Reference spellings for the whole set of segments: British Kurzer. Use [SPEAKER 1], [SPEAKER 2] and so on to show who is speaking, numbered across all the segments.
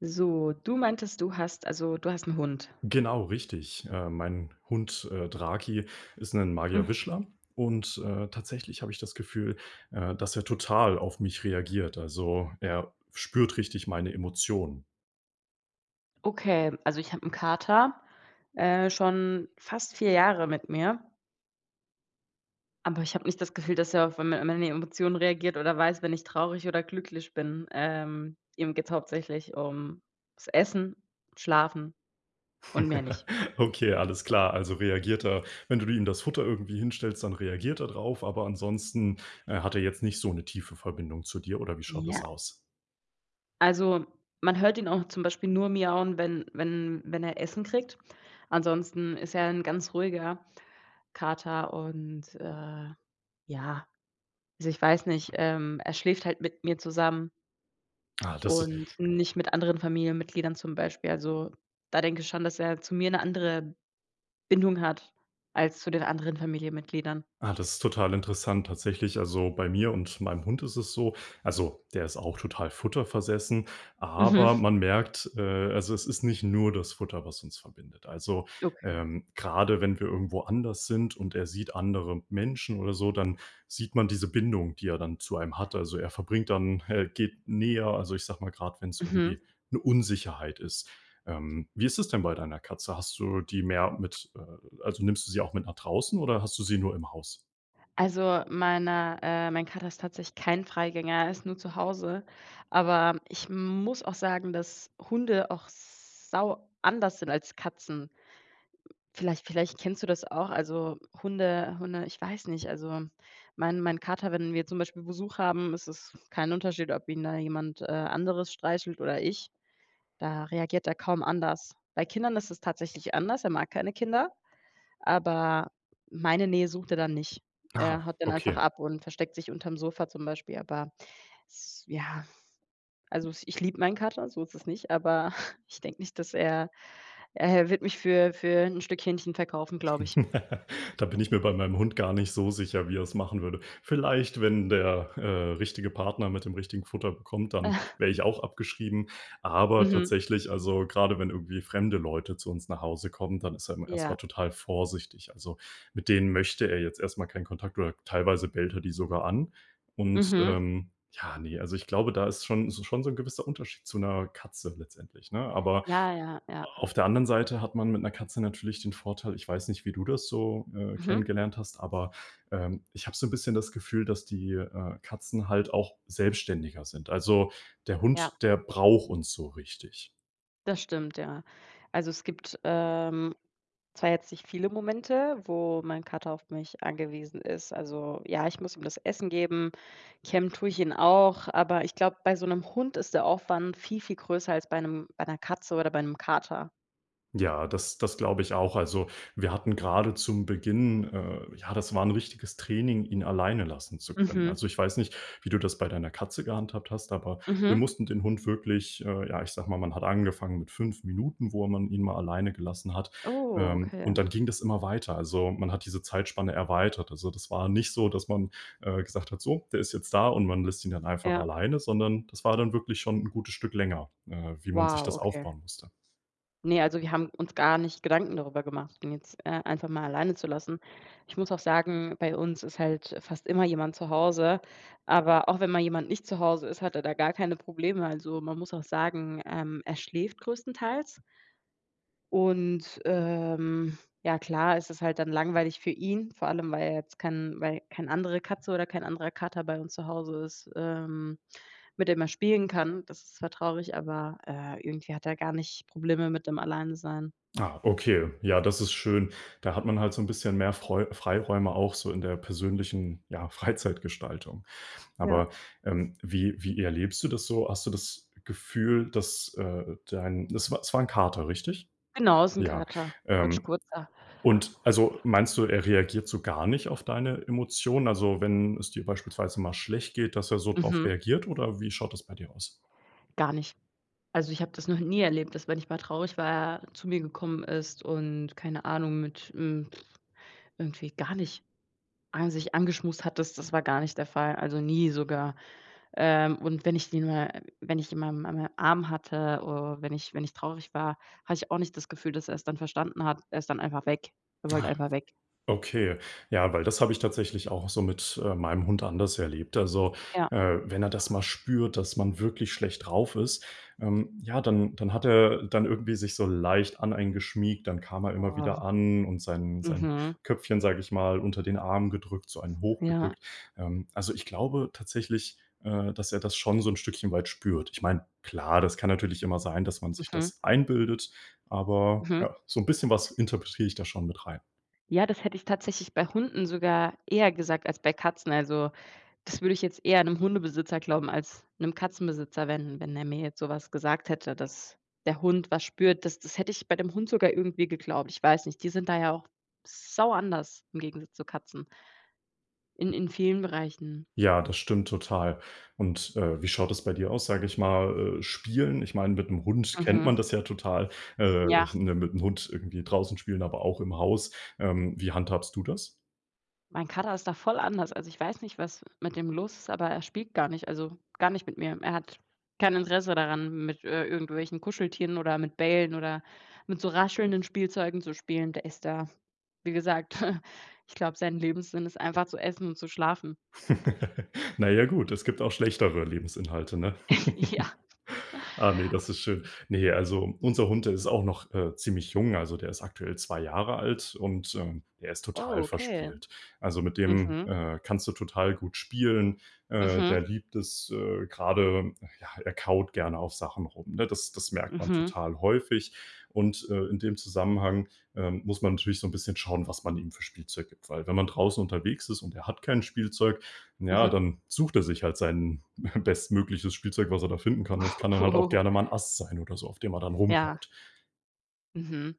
[SPEAKER 1] So, du meintest, du hast einen Hund.
[SPEAKER 2] Genau, richtig. Mein Hund, Draki ist ein
[SPEAKER 1] Hm,
[SPEAKER 2] Magier-Wischler und tatsächlich habe ich das Gefühl, dass er total auf mich reagiert. Also, er spürt richtig meine Emotionen.
[SPEAKER 1] okay, also, ich habe einen Kater, schon fast 4 Jahre mit mir, aber ich habe nicht das Gefühl, dass er auf me meine Emotionen reagiert oder weiß, wenn ich traurig oder glücklich bin. Ihm geht es hauptsächlich um das Essen, Schlafen und mehr nicht.
[SPEAKER 2] Okay, alles klar. Also, reagiert er wenn du ihm das Futter irgendwie hinstellst, dann reagiert er drauf, aber ansonsten, hat er jetzt nicht so eine tiefe Verbindung zu dir oder wie schaut
[SPEAKER 1] Ja,
[SPEAKER 2] das aus?
[SPEAKER 1] also, man hört ihn auch zum Beispiel nur miauen, wenn er Essen kriegt. Ansonsten ist er ein ganz ruhiger Kater und, ja, also, ich weiß nicht, er schläft halt mit mir zusammen
[SPEAKER 2] Ah, das
[SPEAKER 1] und nicht mit anderen Familienmitgliedern zum Beispiel. Also, da denke ich schon, dass er zu mir eine andere Bindung hat als zu den anderen Familienmitgliedern.
[SPEAKER 2] Ah, das ist total interessant tatsächlich. Also bei mir und meinem Hund ist es so, also der ist auch total futterversessen, aber
[SPEAKER 1] Mhm,
[SPEAKER 2] man merkt, also es ist nicht nur das Futter, was uns verbindet. Also
[SPEAKER 1] okay.
[SPEAKER 2] gerade wenn wir irgendwo anders sind und er sieht andere Menschen oder so, dann sieht man diese Bindung, die er dann zu einem hat. Also er verbringt dann, er geht näher, also ich sag mal, gerade wenn es
[SPEAKER 1] Mhm.
[SPEAKER 2] irgendwie eine Unsicherheit ist. Wie ist es denn bei deiner Katze? Hast du die mehr mit also, nimmst du sie auch mit nach draußen oder hast du sie nur im Haus?
[SPEAKER 1] Also, mein Kater ist tatsächlich kein Freigänger, er ist nur zu Hause. Aber ich muss auch sagen, dass Hunde auch sau anders sind als Katzen. Vielleicht kennst du das auch, also Hunde Hunde ich weiß nicht, also mein Kater, wenn wir zum Beispiel Besuch haben, ist es kein Unterschied, ob ihn da jemand anderes streichelt oder ich. Da reagiert er kaum anders. Bei Kindern ist es tatsächlich anders, er mag keine Kinder, aber meine Nähe sucht er dann nicht. Er
[SPEAKER 2] Ah,
[SPEAKER 1] haut dann einfach
[SPEAKER 2] okay.
[SPEAKER 1] ab und versteckt sich unterm Sofa zum Beispiel, aber s ja, also s ich liebe meinen Kater, so ist es nicht, aber ich denke nicht, dass er wird mich für ein Stück Hähnchen verkaufen, glaube ich.
[SPEAKER 2] Da bin ich mir bei meinem Hund gar nicht so sicher, wie er es machen würde. Vielleicht, wenn der, richtige Partner mit dem richtigen Futter bekommt, dann wäre ich auch abgeschrieben. Aber
[SPEAKER 1] Mhm.
[SPEAKER 2] tatsächlich, also, gerade wenn irgendwie fremde Leute zu uns nach Hause kommen, dann ist er immer erst
[SPEAKER 1] Ja.
[SPEAKER 2] total vorsichtig. Also, mit denen möchte er jetzt erstmal keinen Kontakt oder teilweise bellt er die sogar an. Und,
[SPEAKER 1] Mhm.
[SPEAKER 2] ja, ne, also, ich glaube, da ist schon so ein gewisser Unterschied zu einer Katze letztendlich, ne? Aber
[SPEAKER 1] Ja, ja, ja.
[SPEAKER 2] auf der anderen Seite hat man mit einer Katze natürlich den Vorteil, ich weiß nicht, wie du das so,
[SPEAKER 1] Mhm.
[SPEAKER 2] kennengelernt hast, aber, ich habe so ein bisschen das Gefühl, dass die, Katzen halt auch selbstständiger sind. Also, der
[SPEAKER 1] Ja,
[SPEAKER 2] Hund, der braucht uns so richtig.
[SPEAKER 1] das stimmt, ja. Also, es gibt, zwar jetzt nicht viele Momente, wo mein Kater auf mich angewiesen ist. Also, ja, ich muss ihm das Essen geben, kämmen tue ich ihn auch, aber ich glaube, bei so einem Hund ist der Aufwand viel, viel größer als bei einem, bei einer Katze oder bei einem Kater.
[SPEAKER 2] Ja, das glaube ich auch. Also, wir hatten gerade zum Beginn ja, das war ein richtiges Training, ihn alleine lassen zu können.
[SPEAKER 1] Mhm.
[SPEAKER 2] Also, ich weiß nicht, wie du das bei deiner Katze gehandhabt hast, aber wir
[SPEAKER 1] Mhm.
[SPEAKER 2] mussten den Hund wirklich ja, ich sage mal, man hat angefangen mit 5 Minuten, wo man ihn mal alleine gelassen hat,
[SPEAKER 1] Oh, okay.
[SPEAKER 2] und dann ging das immer weiter. Also, man hat diese Zeitspanne erweitert. Also, das war nicht so, dass man, gesagt hat: „So, der ist jetzt da“ und man lässt ihn dann einfach
[SPEAKER 1] Ja.
[SPEAKER 2] alleine, sondern das war dann wirklich schon ein gutes Stück länger, wie man sich
[SPEAKER 1] Wow,
[SPEAKER 2] das
[SPEAKER 1] okay.
[SPEAKER 2] aufbauen musste.
[SPEAKER 1] Ne, also wir haben uns gar nicht Gedanken darüber gemacht, ihn jetzt, einfach mal alleine zu lassen. Ich muss auch sagen, bei uns ist halt fast immer jemand zu Hause, aber auch wenn mal jemand nicht zu Hause ist, hat er da gar keine Probleme. Also, man muss auch sagen, er schläft größtenteils und, ja klar, ist es halt dann langweilig für ihn, vor allem, weil er jetzt keine andere Katze oder kein anderer Kater bei uns zu Hause ist, mit dem er spielen kann. Das ist zwar traurig, aber, irgendwie hat er gar nicht Probleme mit dem Alleinsein.
[SPEAKER 2] Ah, okay. Ja, das ist schön. Da hat man halt so ein bisschen mehr Freu Freiräume auch so in der persönlichen, ja, Freizeitgestaltung.
[SPEAKER 1] Ja.
[SPEAKER 2] Aber, wie erlebst du das so? Hast du das Gefühl, dass, dein es war 'n Kater, richtig?
[SPEAKER 1] Genau, ist 'n
[SPEAKER 2] Ja.
[SPEAKER 1] Kater, Fritsch
[SPEAKER 2] Ähm,
[SPEAKER 1] Kurzer.
[SPEAKER 2] und also, meinst du, er reagiert so gar nicht auf deine Emotionen? Also, wenn es dir beispielsweise mal schlecht geht, dass er so drauf
[SPEAKER 1] Mhm,
[SPEAKER 2] reagiert oder wie schaut das bei dir aus?
[SPEAKER 1] gar nicht. Also, ich habe das noch nie erlebt, dass wenn ich mal traurig war, er zu mir gekommen ist und keine Ahnung, mit irgendwie gar nicht an sich angeschmust hat. Das war gar nicht der Fall, also nie sogar. Und wenn ich ihn mal an meinem Arm hatte oder wenn ich traurig war, hatte ich auch nicht das Gefühl, dass er es dann verstanden hat. Er ist dann einfach weg. Er wollte einfach weg.
[SPEAKER 2] Okay, ja, weil das habe ich tatsächlich auch so mit, meinem Hund anders erlebt. Also,
[SPEAKER 1] Ja.
[SPEAKER 2] äh, wenn er das mal spürt, dass man wirklich schlecht drauf ist, ja, dann hat er dann irgendwie sich so leicht an einen geschmiegt. Dann kam er immer
[SPEAKER 1] Oh,
[SPEAKER 2] wieder an und sein
[SPEAKER 1] mhm.
[SPEAKER 2] Köpfchen, sage ich mal, unter den Arm gedrückt, so einen
[SPEAKER 1] Ja,
[SPEAKER 2] hochgedrückt. Also, ich glaube tatsächlich, dass er das schon so ein Stückchen weit spürt. Ich meine, klar, das kann natürlich immer sein, dass man sich
[SPEAKER 1] mhm,
[SPEAKER 2] das einbildet, aber
[SPEAKER 1] mhm.
[SPEAKER 2] ja, so ein bisschen was interpretiere ich da schon mit rein.
[SPEAKER 1] Ja, das hätte ich tatsächlich bei Hunden sogar eher gesagt als bei Katzen. Also, das würde ich jetzt eher 'nem Hundebesitzer glauben als 'nem Katzenbesitzer, wenn der mir jetzt so was gesagt hätte, dass der Hund was spürt. Das hätte ich bei dem Hund sogar irgendwie geglaubt. Ich weiß nicht, die sind da ja auch sau anders im Gegensatz zu Katzen in vielen Bereichen.
[SPEAKER 2] Ja, das stimmt total. Und, wie schaut es bei dir aus, sage ich mal, Spielen? Ich meine, mit 'nem Hund kennt
[SPEAKER 1] Mhm.
[SPEAKER 2] man das ja total,
[SPEAKER 1] Ja.
[SPEAKER 2] mit 'm Hund irgendwie draußen spielen, aber auch im Haus. Wie handhabst du das?
[SPEAKER 1] Mein Kater ist da voll anders. Also, ich weiß nicht, was mit dem los ist, aber er spielt gar nicht, also, gar nicht mit mir. Er hat kein Interesse daran, mit irgendwelchen Kuscheltieren oder mit Bällen oder mit so raschelnden Spielzeugen zu spielen. Der ist da, wie gesagt, ich glaube, sein Lebenssinn ist einfach zu essen und zu schlafen.
[SPEAKER 2] Na ja, gut, es gibt auch schlechtere Lebensinhalte, ne?
[SPEAKER 1] Ja.
[SPEAKER 2] Ah, ne, das ist schön. Ne, also, unser Hund, der ist auch noch, ziemlich jung. Also, der ist aktuell 2 Jahre alt und, der ist
[SPEAKER 1] Oh,
[SPEAKER 2] total
[SPEAKER 1] okay.
[SPEAKER 2] verspielt. Also, mit dem,
[SPEAKER 1] Mhm.
[SPEAKER 2] kannst du total gut spielen.
[SPEAKER 1] Mhm.
[SPEAKER 2] Der liebt es, grade ja, er kaut gerne auf Sachen rum, ne? Das merkt man
[SPEAKER 1] Mhm.
[SPEAKER 2] total häufig. Und, in dem Zusammenhang, muss man natürlich so ein bisschen schauen, was man ihm für Spielzeug gibt, weil wenn man draußen unterwegs ist und er hat kein Spielzeug, ja,
[SPEAKER 1] Mhm.
[SPEAKER 2] dann sucht er sich halt seinen bestmögliches Spielzeug, was er da finden kann. Und es kann dann halt auch
[SPEAKER 1] Oh,
[SPEAKER 2] gerne mal 'n Ast sein oder so, auf dem er dann
[SPEAKER 1] ja.
[SPEAKER 2] rumkaut.
[SPEAKER 1] Mhm.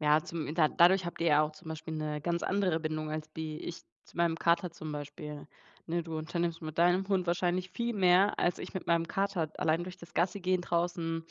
[SPEAKER 1] Ja, zum da dadurch habt ihr ja auch zum Beispiel eine ganz andere Bindung als wie ich zu meinem Kater zum Beispiel, ne? Du unternimmst mit deinem Hund wahrscheinlich viel mehr als ich mit meinem Kater. Allein durch das Gassi gehen draußen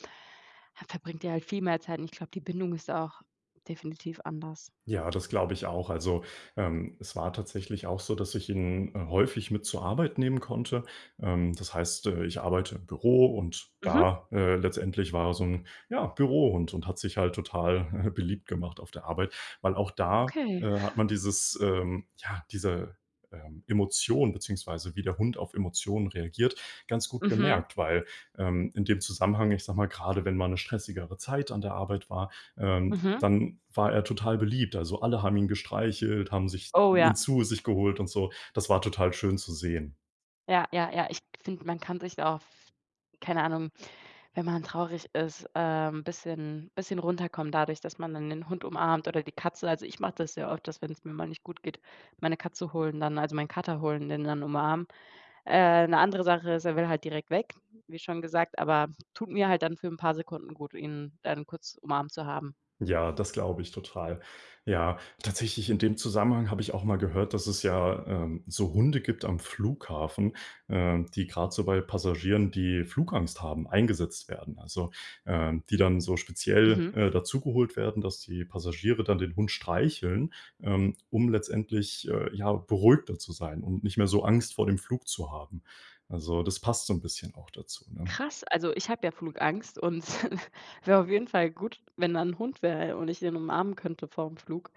[SPEAKER 1] verbringt ihr halt viel mehr Zeit und ich glaube, die Bindung ist auch definitiv anders.
[SPEAKER 2] Ja, das glaube ich auch. Also, es war tatsächlich auch so, dass ich ihn, häufig mit zur Arbeit nehmen konnte. Das heißt, ich arbeite im Büro und
[SPEAKER 1] Mhm,
[SPEAKER 2] da, letztendlich war er so ein ja, Bürohund und hat sich halt total, beliebt gemacht auf der Arbeit, weil auch da,
[SPEAKER 1] okay.
[SPEAKER 2] hat man dieses, ja, diese, Emotion beziehungsweise wie der Hund auf Emotionen reagiert, ganz gut
[SPEAKER 1] Mhm,
[SPEAKER 2] gemerkt, weil, in dem Zusammenhang, ich sag mal, gerade, wenn mal eine stressigere Zeit an der Arbeit war, ähm
[SPEAKER 1] mhm.
[SPEAKER 2] dann war er total beliebt. Also, alle haben ihn gestreichelt, haben sich
[SPEAKER 1] Oh ja,
[SPEAKER 2] ihn zu sich geholt und so. Das war total schön zu sehen.
[SPEAKER 1] ja, ja, ja. Ich finde, man kann sich da auch, keine Ahnung, wenn man traurig ist, bisschen runterkommen dadurch, dass man dann den Hund umarmt oder die Katze. Also, ich mache das sehr oft, dass wenn es mir mal nicht gut geht, meine Katze holen dann, also meinen Kater holen, den dann umarmen. 'Ne andere Sache ist, er will halt direkt weg, wie schon gesagt, aber tut mir halt dann für ein paar Sekunden gut, ihn dann kurz umarmt zu haben.
[SPEAKER 2] Ja, das glaube ich total. Ja, tatsächlich in dem Zusammenhang habe ich auch mal gehört, dass es ja, so Hunde gibt am Flughafen, die gerade so bei Passagieren, die Flugangst haben, eingesetzt werden. Also, die dann so speziell,
[SPEAKER 1] Mhm.
[SPEAKER 2] dazugeholt werden, dass die Passagiere dann den Hund streicheln, um letztendlich, ja, beruhigter zu sein und nicht mehr so Angst vor dem Flug zu haben. Also, das passt so ein bisschen auch dazu, ne?
[SPEAKER 1] Krass, also ich habe ja Flugangst und wäre auf jeden Fall gut, wenn da ein Hund wäre und ich den umarmen könnte vor dem Flug,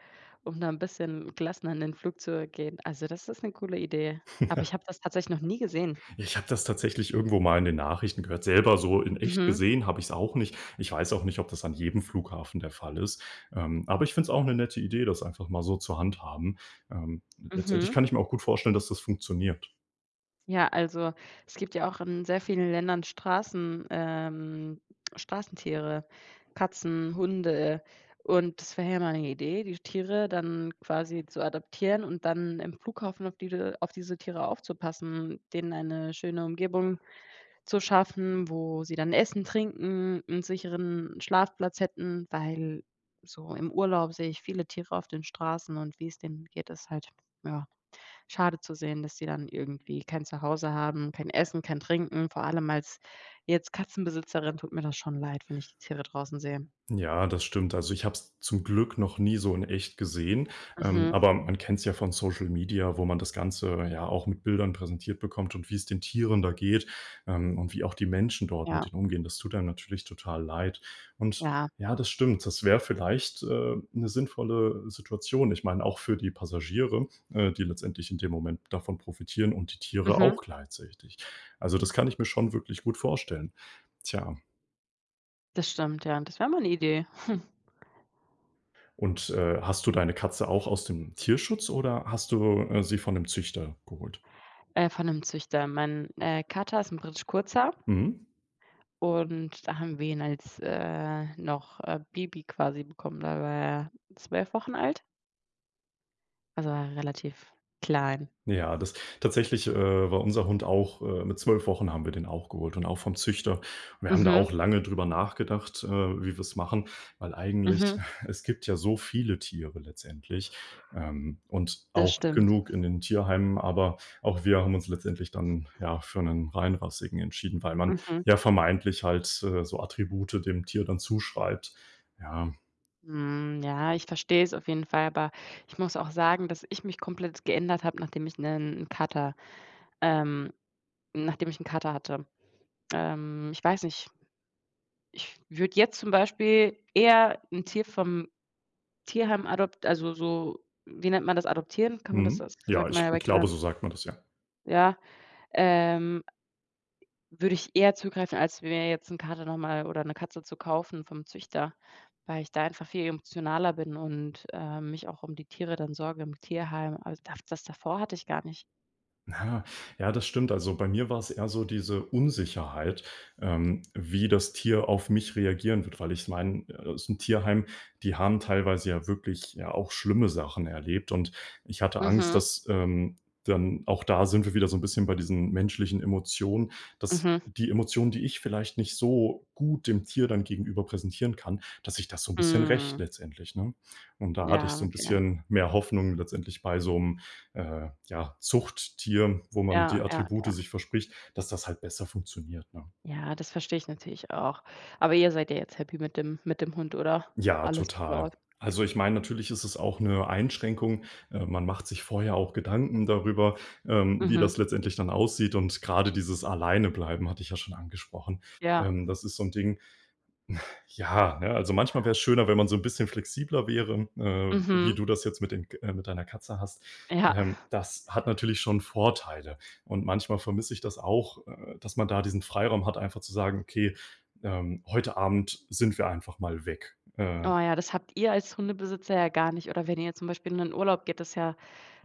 [SPEAKER 1] um da ein bisschen gelassener in den Flug zu gehen. Also, das ist eine coole Idee. Aber ich habe das tatsächlich noch nie gesehen.
[SPEAKER 2] Ja, ich habe das tatsächlich irgendwo mal in den Nachrichten gehört. Selber so in echt
[SPEAKER 1] Mhm,
[SPEAKER 2] gesehen habe ich es auch nicht. Ich weiß auch nicht, ob das an jedem Flughafen der Fall ist. Aber ich finde es auch eine nette Idee, das einfach mal so zur Handhaben. Ähm, letztendlich
[SPEAKER 1] mhm.
[SPEAKER 2] kann ich mir auch gut vorstellen, dass das funktioniert.
[SPEAKER 1] Ja, also es gibt ja auch in sehr vielen Ländern Straßentiere, Katzen, Hunde. Und das wäre ja mal eine Idee, die Tiere dann quasi zu adoptieren und dann im Flughafen auf diese Tiere aufzupassen, denen eine schöne Umgebung zu schaffen, wo sie dann essen, trinken, einen sicheren Schlafplatz hätten, weil so im Urlaub sehe ich viele Tiere auf den Straßen und wie es denen geht, ist halt ja schade zu sehen, dass die dann irgendwie kein Zuhause haben, kein Essen, kein Trinken. Vor allem als jetzt Katzenbesitzerin tut mir das schon leid, wenn ich die Tiere draußen sehe.
[SPEAKER 2] Ja, das stimmt. Also, ich habe es zum Glück noch nie so in echt gesehen,
[SPEAKER 1] Mhm.
[SPEAKER 2] aber man kennt es ja von Social Media, wo man das Ganze ja auch mit Bildern präsentiert bekommt und wie es den Tieren da geht, und wie auch die Menschen dort mit
[SPEAKER 1] Ja,
[SPEAKER 2] denen umgehen. Das tut einem natürlich total leid. Und
[SPEAKER 1] ja.
[SPEAKER 2] ja, das stimmt. Das wäre vielleicht, 'ne sinnvolle Situation. Ich meine, auch für die Passagiere, die letztendlich in dem Moment davon profitieren und die Tiere
[SPEAKER 1] Mhm.
[SPEAKER 2] auch gleichzeitig. Also, das kann ich mir schon wirklich gut vorstellen. Tja.
[SPEAKER 1] Das stimmt, ja. Das wäre mal eine Idee.
[SPEAKER 2] Und, hast du deine Katze auch aus dem Tierschutz oder hast du, sie von dem Züchter geholt?
[SPEAKER 1] Von einem Züchter. Mein Kater ist ein British Kurzer
[SPEAKER 2] Mhm.
[SPEAKER 1] und da haben wir ihn als, noch, Baby quasi bekommen. Da war er 12 Wochen alt, also war er relativ klein.
[SPEAKER 2] Ja, das tatsächlich, war unser Hund auch mit 12 Wochen haben wir den auch geholt und auch vom Züchter. Wir haben da
[SPEAKER 1] Mhm,
[SPEAKER 2] auch lange drüber nachgedacht, wie wir es machen, weil eigentlich
[SPEAKER 1] mhm.
[SPEAKER 2] es gibt ja so viele Tiere letztendlich, und
[SPEAKER 1] Das
[SPEAKER 2] auch
[SPEAKER 1] stimmt.
[SPEAKER 2] genug in den Tierheimen, aber auch wir haben uns letztendlich dann, ja, für einen reinrassigen entschieden, weil man
[SPEAKER 1] Mhm.
[SPEAKER 2] ja vermeintlich halt, so Attribute dem Tier dann zuschreibt. Ja,
[SPEAKER 1] Mhm, ja, ich verstehe es auf jeden Fall, aber ich muss auch sagen, dass ich mich komplett geändert habe, ähm, nachdem ich 'n Kater hatte. Ich weiß nicht, ich würde jetzt zum Beispiel eher 'n Tier vom Tierheim adopt also, so wie nennt man das, adoptieren? Kann man das?
[SPEAKER 2] mhm.
[SPEAKER 1] Das
[SPEAKER 2] Ja,
[SPEAKER 1] sagt man ja
[SPEAKER 2] ich
[SPEAKER 1] bei
[SPEAKER 2] glaube,
[SPEAKER 1] Kindern.
[SPEAKER 2] so sagt man das, ja.
[SPEAKER 1] Ja, ähm Würde ich eher zugreifen, als mir jetzt 'n Kater noch mal oder 'ne Katze zu kaufen vom Züchter, weil ich da einfach viel emotionaler bin und, mich auch um die Tiere dann sorge im Tierheim. Also, da, das davor hatte ich gar nicht.
[SPEAKER 2] Ja, ja, das stimmt. Also bei mir war es eher so diese Unsicherheit, wie das Tier auf mich reagieren wird, weil ich meine, aus dem Tierheim, die haben teilweise ja wirklich ja auch schlimme Sachen erlebt und ich hatte Angst,
[SPEAKER 1] Mhm,
[SPEAKER 2] dass, dann auch da sind wir wieder so ein bisschen bei diesen menschlichen Emotionen, dass
[SPEAKER 1] mhm,
[SPEAKER 2] die Emotionen, die ich vielleicht nicht so gut dem Tier dann gegenüber präsentieren kann, dass sich das so ein bisschen rächt
[SPEAKER 1] mhm.
[SPEAKER 2] letztendlich, ne? Und da hatte ich
[SPEAKER 1] Ja,
[SPEAKER 2] so ein
[SPEAKER 1] okay.
[SPEAKER 2] bisschen mehr Hoffnung letztendlich bei so 'm ja, Zuchttier, wo man
[SPEAKER 1] Ja,
[SPEAKER 2] die
[SPEAKER 1] ja,
[SPEAKER 2] Attribute
[SPEAKER 1] ja.
[SPEAKER 2] sich verspricht, dass das halt besser funktioniert, ne?
[SPEAKER 1] Ja, das verstehe ich natürlich auch. Aber ihr seid ja jetzt happy mit dem Hund, oder?
[SPEAKER 2] Ja,
[SPEAKER 1] Alles
[SPEAKER 2] total.
[SPEAKER 1] läuft.
[SPEAKER 2] Also, ich meine, natürlich ist es auch eine Einschränkung. Man macht sich vorher auch Gedanken darüber, wie
[SPEAKER 1] Mhm.
[SPEAKER 2] das letztendlich dann aussieht und gerade dieses Alleinebleiben hatte ich ja schon angesprochen.
[SPEAKER 1] Ja.
[SPEAKER 2] Das ist so ein Ding. Ja, ne, also manchmal wäre es schöner, wenn man so 'n bisschen flexibler wäre, wie
[SPEAKER 1] Mhm.
[SPEAKER 2] du das jetzt mit den K mit deiner Katze hast.
[SPEAKER 1] Ja.
[SPEAKER 2] Das hat natürlich schon Vorteile und manchmal vermisse ich das auch, dass man da diesen Freiraum hat, einfach zu sagen: „Okay, heute Abend sind wir einfach mal weg.“
[SPEAKER 1] Oh
[SPEAKER 2] Äh,
[SPEAKER 1] ja, das habt ihr als Hundebesitzer ja gar nicht. Oder wenn ihr zum Beispiel in 'nen Urlaub geht, ist ja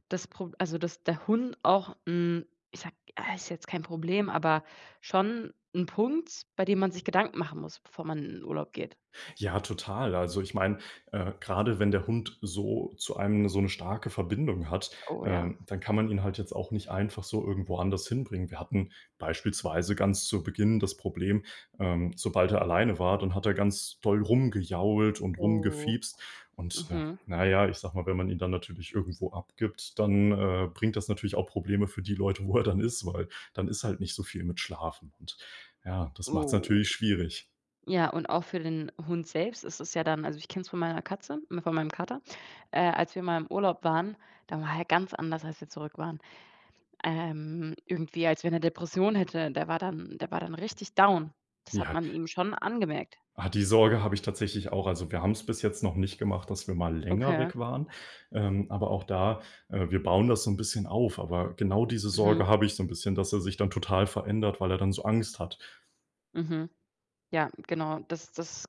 [SPEAKER 1] Das Pro also, dass der Hund auch 'n ich sage ja, ist jetzt kein Problem, aber schon 'n Punkt, bei dem man sich Gedanken machen muss, bevor man in den Urlaub geht.
[SPEAKER 2] ja, total. Also, ich meine, grade wenn der Hund so zu einem so eine starke Verbindung hat,
[SPEAKER 1] Oh ja.
[SPEAKER 2] dann kann man ihn halt jetzt auch nicht einfach so irgendwo anders hinbringen. Wir hatten beispielsweise ganz zu Beginn das Problem, sobald er alleine war, dann hat er ganz doll rumgejault und
[SPEAKER 1] Oh.
[SPEAKER 2] rumgefiepst und,
[SPEAKER 1] Mhm.
[SPEAKER 2] na ja, ich sag mal, wenn man ihn dann natürlich irgendwo abgibt, dann, bringt das natürlich auch Probleme für die Leute, wo er dann ist, weil dann ist halt nicht so viel mit Schlafen und ja, das macht es
[SPEAKER 1] Oh.
[SPEAKER 2] natürlich schwierig.
[SPEAKER 1] Ja, und auch für den Hund selbst ist es ja dann, also, ich kenne es von meiner Katze, von meinem Kater. Als wir mal im Urlaub waren, da war er ganz anders, als wir zurück waren. Irgendwie, als wenn er Depression hätte. Der war dann, richtig down. Das hat
[SPEAKER 2] Ja.
[SPEAKER 1] man ihm schon angemerkt.
[SPEAKER 2] Ah, die Sorge habe ich tatsächlich auch. Also, wir haben es bis jetzt noch nicht gemacht, dass wir mal länger
[SPEAKER 1] Okay.
[SPEAKER 2] weg waren. Aber auch da, wir bauen das so ein bisschen auf, aber genau diese
[SPEAKER 1] Mhm.
[SPEAKER 2] Sorge habe ich so ein bisschen, dass er sich dann total verändert, weil er dann so Angst hat.
[SPEAKER 1] Mhm. Ja, genau. Das das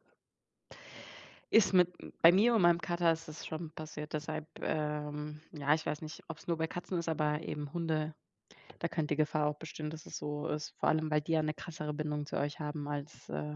[SPEAKER 1] ist mit bei mir und meinem Kater ist das schon passiert. Deshalb, ja, ich weiß nicht, ob es nur bei Katzen ist, aber eben Hunde, da könnte die Gefahr auch bestehen, dass es so ist, vor allem, weil die ja eine krassere Bindung zu euch haben als,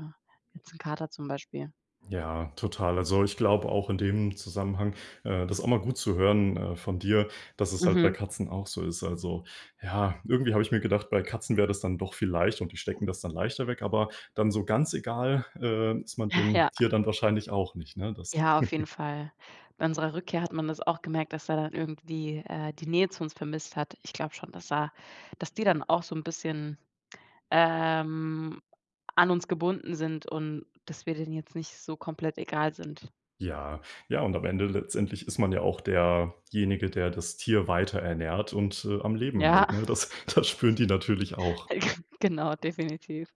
[SPEAKER 1] jetzt 'n Kater zum Beispiel.
[SPEAKER 2] Ja, total. Also, ich glaube auch in dem Zusammenhang, das ist auch mal gut zu hören, von dir, dass es halt bei
[SPEAKER 1] Mhm.
[SPEAKER 2] Katzen auch so ist. Also, ja, irgendwie habe ich mir gedacht, bei Katzen wäre das dann doch viel leichter und die stecken das dann leichter weg, aber dann so ganz egal, ist man dem
[SPEAKER 1] Ja,
[SPEAKER 2] Tier dann wahrscheinlich auch nicht, ne? Das
[SPEAKER 1] ja, auf jeden Fall. Bei unserer Rückkehr hat man das auch gemerkt, dass er dann irgendwie, die Nähe zu uns vermisst hat. Ich glaube schon, dass die dann auch so ein bisschen Ähm, an uns gebunden sind und dass wir denen jetzt nicht so komplett egal sind.
[SPEAKER 2] ja, ja, und am Ende letztendlich ist man ja auch derjenige, der das Tier weiter ernährt und, am Leben
[SPEAKER 1] Ja,
[SPEAKER 2] hält, ne? Das das spüren die natürlich auch.
[SPEAKER 1] genau, definitiv.